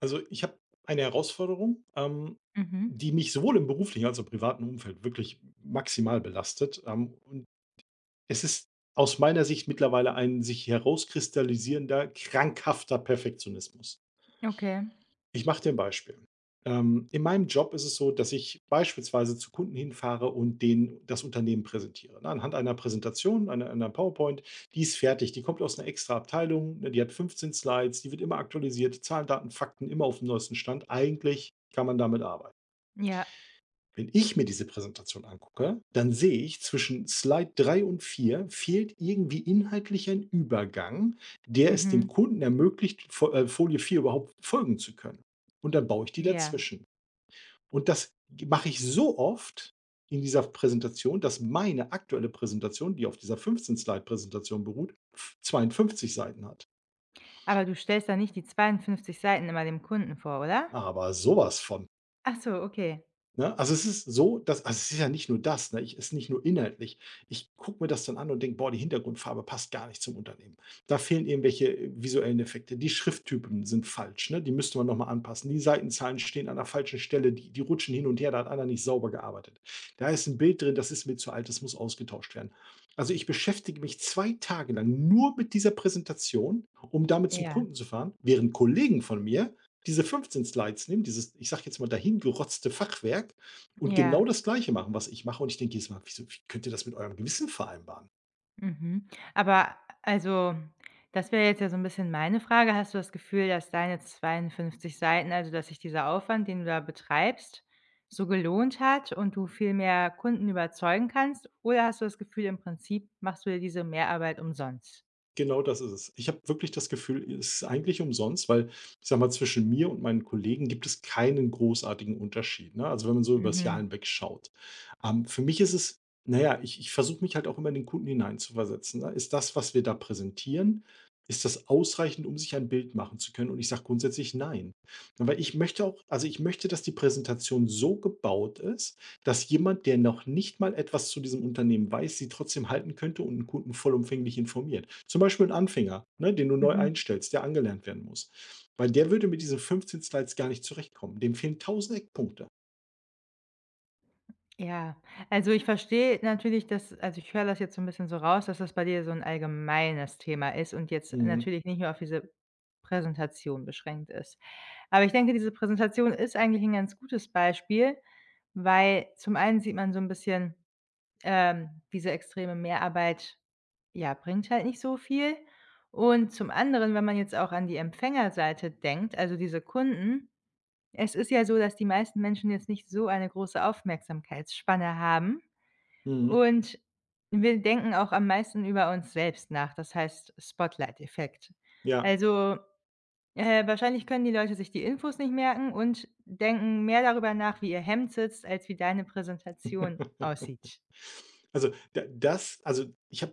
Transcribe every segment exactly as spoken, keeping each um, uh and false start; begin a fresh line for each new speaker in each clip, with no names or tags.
Also, ich habe eine Herausforderung, ähm,
Mhm.
die mich sowohl im beruflichen als auch im privaten Umfeld wirklich maximal belastet. Ähm, und es ist aus meiner Sicht mittlerweile ein sich herauskristallisierender, krankhafter Perfektionismus.
Okay.
Ich mache dir ein Beispiel. Ähm, in meinem Job ist es so, dass ich beispielsweise zu Kunden hinfahre und denen das Unternehmen präsentiere, ne, anhand einer Präsentation, einer einer PowerPoint. Die ist fertig, die kommt aus einer extra Abteilung, ne, die hat fünfzehn Slides, die wird immer aktualisiert, Zahlen, Daten, Fakten, immer auf dem neuesten Stand. Eigentlich kann man damit arbeiten.
Ja.
Wenn ich mir diese Präsentation angucke, dann sehe ich, zwischen Slide drei und vier fehlt irgendwie inhaltlich ein Übergang, der es
Mhm.
dem Kunden ermöglicht, Fo- äh, Folie vier überhaupt folgen zu können. Und dann baue ich die
Ja.
dazwischen. Und das mache ich so oft in dieser Präsentation, dass meine aktuelle Präsentation, die auf dieser fünfzehn slide präsentation beruht, zweiundfünfzig Seiten hat.
Aber du stellst da nicht die zweiundfünfzig Seiten immer dem Kunden vor, oder?
Aber sowas von.
Ach so, okay.
Ne? Also, es ist so, dass also, es ist ja nicht nur das, ne? Ich Es ist nicht nur inhaltlich. Ich gucke mir das dann an und denke: „Boah, die Hintergrundfarbe passt gar nicht zum Unternehmen. Da fehlen irgendwelche, äh, visuellen Effekte. Die Schrifttypen sind falsch, ne? Die müsste man noch mal anpassen. Die Seitenzahlen stehen an der falschen Stelle, die die rutschen hin und her, da hat einer nicht sauber gearbeitet. Da ist ein Bild drin, das ist mir zu alt, das muss ausgetauscht werden.“ Also, ich beschäftige mich zwei Tage lang nur mit dieser Präsentation, um damit zum
Ja,
Kunden zu fahren, während Kollegen von mir diese fünfzehn Slides nehmen, dieses, ich sag jetzt mal, dahingerotzte Fachwerk und genau
ja.
das Gleiche machen, was ich mache. Und ich denke jedes Mal, wieso, wie könnt ihr das mit eurem Gewissen vereinbaren?
Mhm. Aber also, das wäre jetzt ja so 'n bisschen meine Frage. Hast du das Gefühl, dass deine zweiundfünfzig Seiten also, dass sich dieser Aufwand, den du da betreibst, so gelohnt hat und du viel mehr Kunden überzeugen kannst? Oder hast du das Gefühl, im Prinzip machst du dir diese Mehrarbeit umsonst?
Genau das ist es. Ich habe wirklich das Gefühl, es ist eigentlich umsonst, weil, ich sage mal, zwischen mir und meinen Kollegen gibt es keinen großartigen Unterschied. Ne? Also wenn man so übers Jahr
Mhm.
hinweg schaut. Ähm, für mich ist es, naja, ich, ich versuche mich halt auch immer in den Kunden hineinzuversetzen. Ne? Ist das, was wir da präsentieren, ist das ausreichend, um sich ein Bild machen zu können? Und ich sage grundsätzlich nein. Weil ich möchte auch, also ich möchte, dass die Präsentation so gebaut ist, dass jemand, der noch nicht mal etwas zu diesem Unternehmen weiß, sie trotzdem halten könnte und einen Kunden vollumfänglich informiert. Zum Beispiel ein Anfänger, ne, den du neu
Mhm.
einstellst, der angelernt werden muss. Weil der würde mit diesen fünfzehn Slides gar nicht zurechtkommen. Dem fehlen tausend Eckpunkte.
Ja, also ich verstehe natürlich, dass also ich höre das jetzt so ein bisschen so raus, dass das bei dir so ein allgemeines Thema ist und jetzt
Mhm,
natürlich nicht nur auf diese Präsentation beschränkt ist. Aber ich denke, diese Präsentation ist eigentlich ein ganz gutes Beispiel, weil zum einen sieht man so ein bisschen, ähm, diese extreme Mehrarbeit, ja, bringt halt nicht so viel. Und zum anderen, wenn man jetzt auch an die Empfängerseite denkt, also diese Kunden, es ist ja so, dass die meisten Menschen jetzt nicht so eine große Aufmerksamkeitsspanne haben.
mhm,
Und wir denken auch am meisten über uns selbst nach, das heißt Spotlight-Effekt.
ja.
Also, äh, wahrscheinlich können die Leute sich die Infos nicht merken und denken mehr darüber nach, wie ihr Hemd sitzt, als wie deine Präsentation aussieht.
Also, da das also, ich habe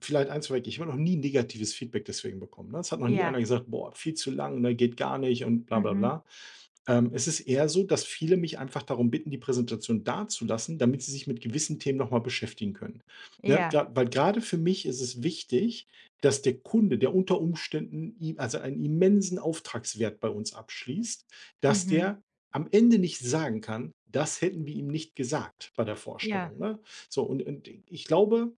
vielleicht eins vorweg, ich habe noch nie negatives Feedback deswegen bekommen, ne? Es hat noch nie
Ja,
einer gesagt: „Boah, viel zu lang, ne, geht gar nicht“ und bla bla
mhm,
bla. Ähm, es ist eher so, dass viele mich einfach darum bitten, die Präsentation dazulassen, damit sie sich mit gewissen Themen noch mal beschäftigen können. Ne,
ja,
gra weil Gerade für mich ist es wichtig, dass der Kunde, der unter Umständen i also einen immensen Auftragswert bei uns abschließt, dass
mhm,
der am Ende nicht sagen kann: „Das hätten wir ihm nicht gesagt bei der
ja,
Vorstellung“, ne? So und und ich glaube,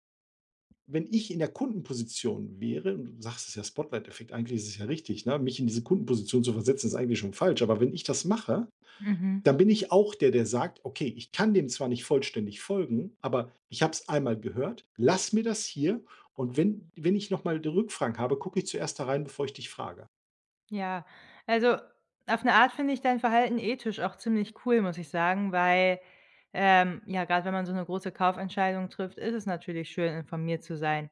wenn ich in der Kundenposition wäre und du sagst es ja Spotlight-Effekt, eigentlich ist es ja richtig, ne? Mich in diese Kundenposition zu versetzen, ist eigentlich schon falsch, aber wenn ich das mache,
mhm,
dann bin ich auch der, der sagt: „Okay, ich kann dem zwar nicht vollständig folgen, aber ich habe es einmal gehört. Lass mir das hier und wenn wenn ich noch mal d Rückfragen habe, gucke ich zuerst da rein, bevor ich dich frage.“
ja. Also, auf eine Art finde ich dein Verhalten ethisch auch ziemlich cool, muss ich sagen, weil, ähm, ja, gerade wenn man so eine große Kaufentscheidung trifft, ist es natürlich schön, informiert zu sein.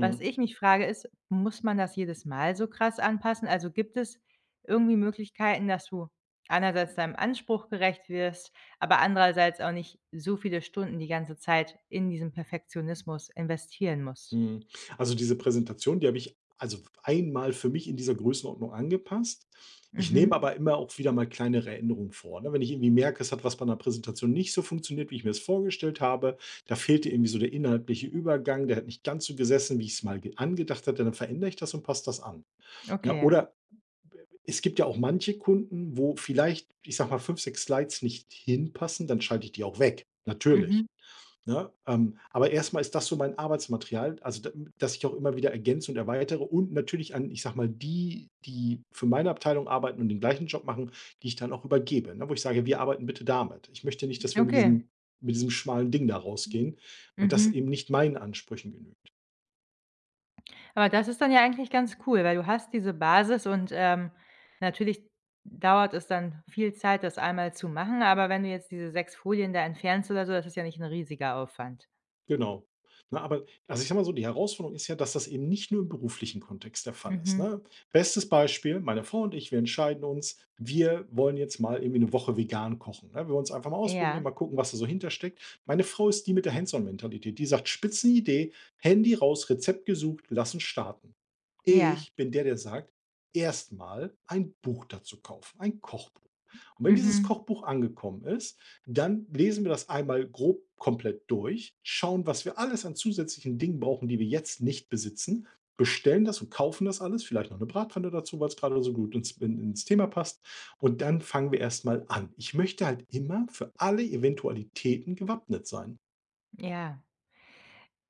Was ich mich frage, ist, muss man das jedes Mal so krass anpassen? Also, gibt es irgendwie Möglichkeiten, dass du einerseits deinem Anspruch gerecht wirst, aber andererseits auch nicht so viele Stunden die ganze Zeit in diesen Perfektionismus investieren musst?
mhm. Also, diese Präsentation, die habe ich also einmal für mich in dieser Größenordnung angepasst. Ich nehme
Mhm,
aber immer auch wieder mal kleinere Änderungen vor, ne? Wenn ich irgendwie merke, es hat was bei einer Präsentation nicht so funktioniert, wie ich mir es vorgestellt habe. Da fehlte irgendwie so der inhaltliche Übergang, der hat nicht ganz so gesessen, wie ich es mal ge angedacht hatte, dann verändere ich das und passe das an. Ja,
okay.
oder es gibt ja auch manche Kunden, wo vielleicht, ich sag mal, fünf sechs Slides nicht hinpassen, dann schalte ich die auch weg, natürlich.
Mhm,
Ne? Ähm, aber erstmal ist das so mein Arbeitsmaterial, also da- dass ich auch immer wieder ergänze und erweitere und natürlich an, ich sag mal, die, die für meine Abteilung arbeiten und den gleichen Job machen, die ich dann auch übergebe, ne? Wo ich sage, wir arbeiten bitte damit. Ich möchte nicht, dass wir mit
okay.
diesem, mit diesem schmalen Ding da rausgehen, weil das
Mhm.
eben nicht meinen Ansprüchen genügt.
Aber das ist dann ja eigentlich ganz cool, weil du hast diese Basis und, ähm, natürlich dauert es dann viel Zeit, das einmal zu machen, aber wenn du jetzt diese sechs Folien da entfernst oder so, das ist ja nicht ein riesiger Aufwand.
Genau. Ne, aber also, ich sage mal so, die Herausforderung ist ja, dass das eben nicht nur im beruflichen Kontext der Fall ist,
Mhm.
ne? Bestes Beispiel, meine Frau und ich, wir entscheiden uns, wir wollen jetzt mal irgendwie eine Woche vegan kochen, ne? Wir wollen es einfach mal
Ja,
ausprobieren, mal gucken, was da so hintersteckt. Meine Frau ist die mit der Hands-on-Mentalität, die sagt: „Spitzenidee, Handy raus, Rezept gesucht, lassen starten.“
ja,
Ich bin der, der sagt, erstmal ein Buch dazu kaufen, ein Kochbuch. Und wenn dieses
mhm,
Kochbuch angekommen ist, dann lesen wir das einmal grob komplett durch, schauen, was wir alles an zusätzlichen Dingen brauchen, die wir jetzt nicht besitzen, bestellen das und kaufen das alles, vielleicht noch eine Bratpfanne dazu, weil es gerade so gut ins in ins Thema passt. Und dann fangen wir erstmal an. Ich möchte halt immer für alle Eventualitäten gewappnet sein.
ja.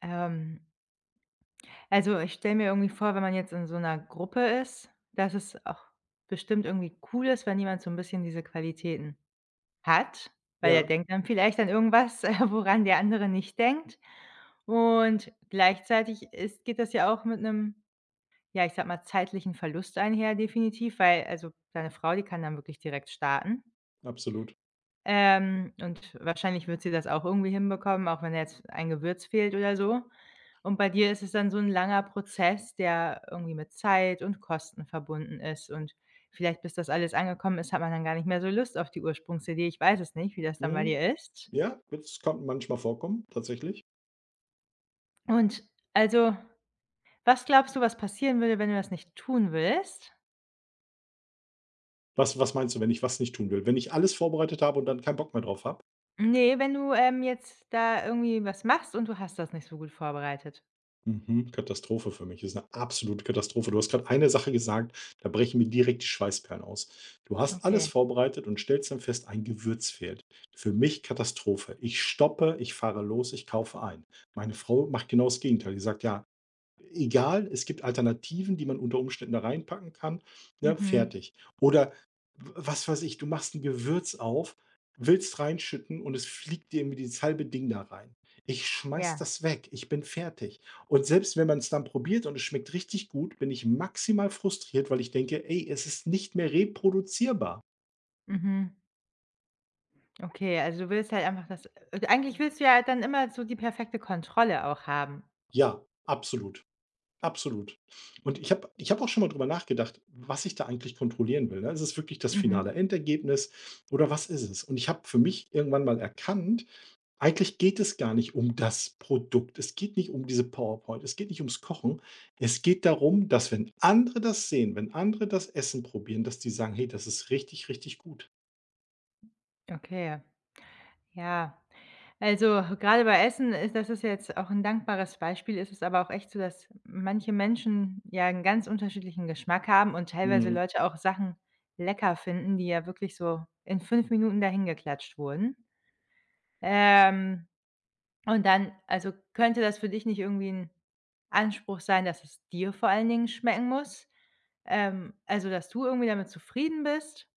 Ähm, also, ich stelle mir irgendwie vor, wenn man jetzt in so 'ner Gruppe ist, dass es auch bestimmt irgendwie cool ist, wenn jemand so 'n bisschen diese Qualitäten hat, weil er
Ja,
denkt dann vielleicht an irgendwas, äh, woran der andere nicht denkt. Und gleichzeitig ist geht das ja auch mit 'nem, ja, ich sage mal, zeitlichen Verlust einher definitiv, weil also, deine Frau, die kann dann wirklich direkt starten.
absolut.
Ähm, und wahrscheinlich wird sie das auch irgendwie hinbekommen, auch wenn da jetzt ein Gewürz fehlt oder so. Und bei dir ist es dann so ein langer Prozess, der irgendwie mit Zeit und Kosten verbunden ist und vielleicht, bis das alles angekommen ist, hat man dann gar nicht mehr so Lust auf die Ursprungsidee. Ich weiß es nicht, wie das dann bei
Mhm.
dir ist.
Ja, das kommt manchmal vorkommen, tatsächlich.
Und also, was glaubst du, was passieren würde, wenn du das nicht tun willst?
Was was meinst du, wenn ich was nicht tun will? Wenn ich alles vorbereitet habe und dann keinen Bock mehr drauf habe?
Ne, wenn du, ähm, jetzt da irgendwie was machst und du hast das nicht so gut vorbereitet.
Mhm, Katastrophe für mich. Das ist eine absolute Katastrophe. Du hast gerade eine Sache gesagt, da brechen mir direkt die Schweißperlen aus. Du hast
Okay.
alles vorbereitet und stellst dann fest, ein Gewürz fehlt. Für mich Katastrophe. Ich stoppe, ich fahre los, ich kaufe ein. Meine Frau macht genau das Gegenteil. Die sagt: „Ja, egal, es gibt Alternativen, die man unter Umständen da reinpacken kann, ne,
Mhm.
fertig. Oder w was weiß ich, du machst ein Gewürz auf, willst reinschütten und es fliegt dir irgendwie dieses halbe Ding da rein. Ich schmeiß
Ja.
das weg, ich bin fertig. Und selbst wenn man es dann probiert und es schmeckt richtig gut, bin ich maximal frustriert, weil ich denke: „Ey, es ist nicht mehr reproduzierbar.“
Mhm. Okay, also, du willst halt einfach das äh, eigentlich willst du ja dann immer so die perfekte Kontrolle auch haben.
Ja, absolut. Absolut. Und ich habe ich habe auch schon mal drüber nachgedacht, was ich da eigentlich kontrollieren will, ne? Ist es wirklich das
Mhm.
finale Endergebnis oder was ist es? Und ich habe für mich irgendwann mal erkannt, eigentlich geht es gar nicht um das Produkt. Es geht nicht um diese PowerPoint, es geht nicht ums Kochen. Es geht darum, dass wenn andere das sehen, wenn andere das Essen probieren, dass die sagen: „Hey, das ist richtig, richtig gut.“
Okay. Ja, also gerade bei Essen ist das ist jetzt auch ein dankbares Beispiel, ist es aber auch echt so, dass manche Menschen ja einen ganz unterschiedlichen Geschmack haben und teilweise
Mhm,
Leute auch Sachen lecker finden, die ja wirklich so in fünf Minuten dahin geklatscht wurden. Ähm, und dann also, könnte das für dich nicht irgendwie ein Anspruch sein, dass es dir vor allen Dingen schmecken muss? Ähm, also, dass du irgendwie damit zufrieden bist?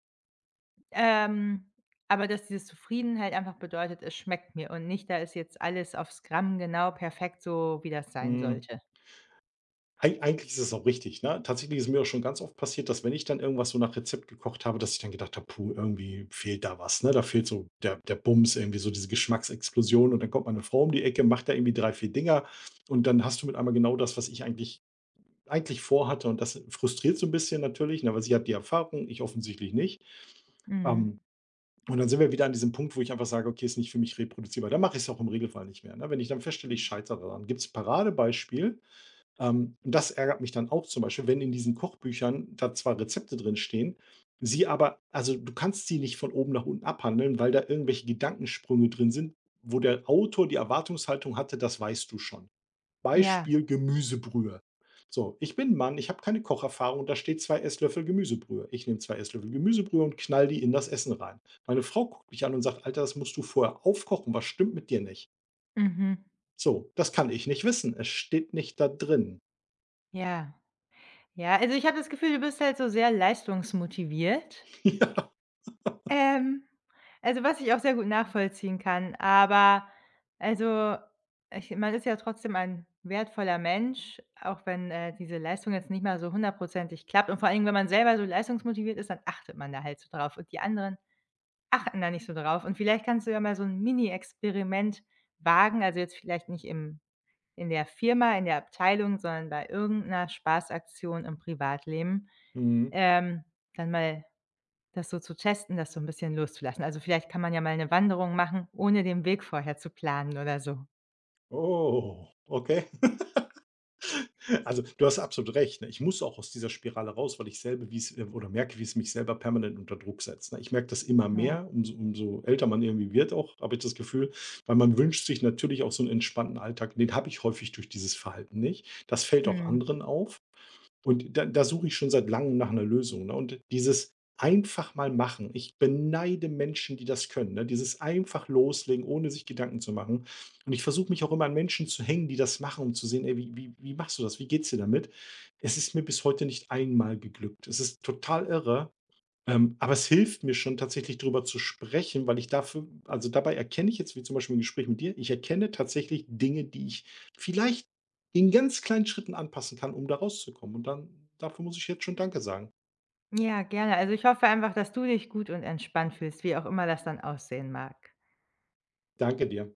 Ähm, aber dass diese Zufriedenheit einfach bedeutet, es schmeckt mir und nicht, da ist jetzt alles aufs Gramm genau perfekt so, wie das sein
mhm.
sollte.
Ei Eigentlich ist es auch richtig, ne? Tatsächlich ist mir auch schon ganz oft passiert, dass wenn ich dann irgendwas so nach Rezept gekocht habe, dass ich dann gedacht habe: „Puh, irgendwie fehlt da was, ne? Da fehlt so der der Bums, irgendwie so diese Geschmacksexplosion.“ Und dann kommt meine Frau um die Ecke, macht da irgendwie drei vier Dinger und dann hast du mit einmal genau das, was ich eigentlich eigentlich vorhatte, und das frustriert so ein bisschen natürlich, ne, weil sie hat die Erfahrung, ich offensichtlich nicht.
Mhm.
Ähm, und dann sind wir wieder an diesem Punkt, wo ich einfach sage: „Okay, ist nicht für mich reproduzierbar.“ Dann mache ich es auch im Regelfall nicht mehr, ne? Wenn ich dann feststelle, ich scheitere daran. Gibt es Paradebeispiel, ähm, und das ärgert mich dann auch zum Beispiel, wenn in diesen Kochbüchern da zwar Rezepte drin stehen, sie aber also, du kannst sie nicht von oben nach unten abhandeln, weil da irgendwelche Gedankensprünge drin sind, wo der Autor die Erwartungshaltung hatte, das weißt du schon.
Ja.
Beispiel Gemüsebrühe. So, ich bin 'n Mann, ich habe keine Kocherfahrung, da steht zwei Esslöffel Gemüsebrühe. Ich nehme zwei Esslöffel Gemüsebrühe und knall die in das Essen rein. Meine Frau guckt mich an und sagt: „Alter, das musst du vorher aufkochen, was stimmt mit dir nicht?“
Mhm.
So, das kann ich nicht wissen. Es steht nicht da drin.
Ja. Ja, also ich habe das Gefühl, du bist halt so sehr leistungsmotiviert.
Ja.
Ähm, also was ich auch sehr gut nachvollziehen kann, aber also, ich man ist ja trotzdem ein wertvoller Mensch, auch wenn, äh, diese Leistung jetzt nicht mal so hundertprozentig klappt und vor allen Dingen, wenn man selber so leistungsmotiviert ist, dann achtet man da halt so drauf und die anderen achten da nicht so drauf. Und vielleicht kannst du ja mal so ein Mini-Experiment wagen, also jetzt vielleicht nicht im in der Firma, in der Abteilung, sondern bei irgendeiner Spaßaktion im Privatleben,
Mhm.
ähm, dann mal das so zu testen, das so ein bisschen loszulassen. Also, vielleicht kann man ja mal eine Wanderung machen, ohne den Weg vorher zu planen oder so.
Oh, okay. Also, du hast absolut recht, ne? Ich muss auch aus dieser Spirale raus, weil ich selber wie es, ähm oder merke, wie es mich selber permanent unter Druck setzt, ne? Ich merke das immer
Ja.
mehr, umso umso älter man irgendwie wird auch, habe ich das Gefühl, weil man wünscht sich natürlich auch so einen entspannten Alltag. Den habe ich häufig durch dieses Verhalten nicht. Das fällt auch
Mhm.
anderen auf. Und da da suche ich schon seit Langem nach einer Lösung, ne? Und dieses einfach mal machen, ich beneide Menschen, die das können, ne? Dieses einfach loslegen, ohne sich Gedanken zu machen. Und ich versuche mich auch immer an Menschen zu hängen, die das machen, um zu sehen: „Ey, wie wie wie machst du das? Wie geht's dir damit?“ Es ist mir bis heute nicht einmal geglückt. Es ist total irre. Ähm, aber es hilft mir schon tatsächlich drüber zu sprechen, weil ich dafür also dabei erkenne ich jetzt, wie zum Beispiel im Gespräch mit dir, ich erkenne tatsächlich Dinge, die ich vielleicht in ganz kleinen Schritten anpassen kann, um da rauszukommen. Und dann dafür muss ich jetzt schon „Danke“ sagen.
Ja, gerne. Also, ich hoffe einfach, dass du dich gut und entspannt fühlst, wie auch immer das dann aussehen mag.
Danke dir.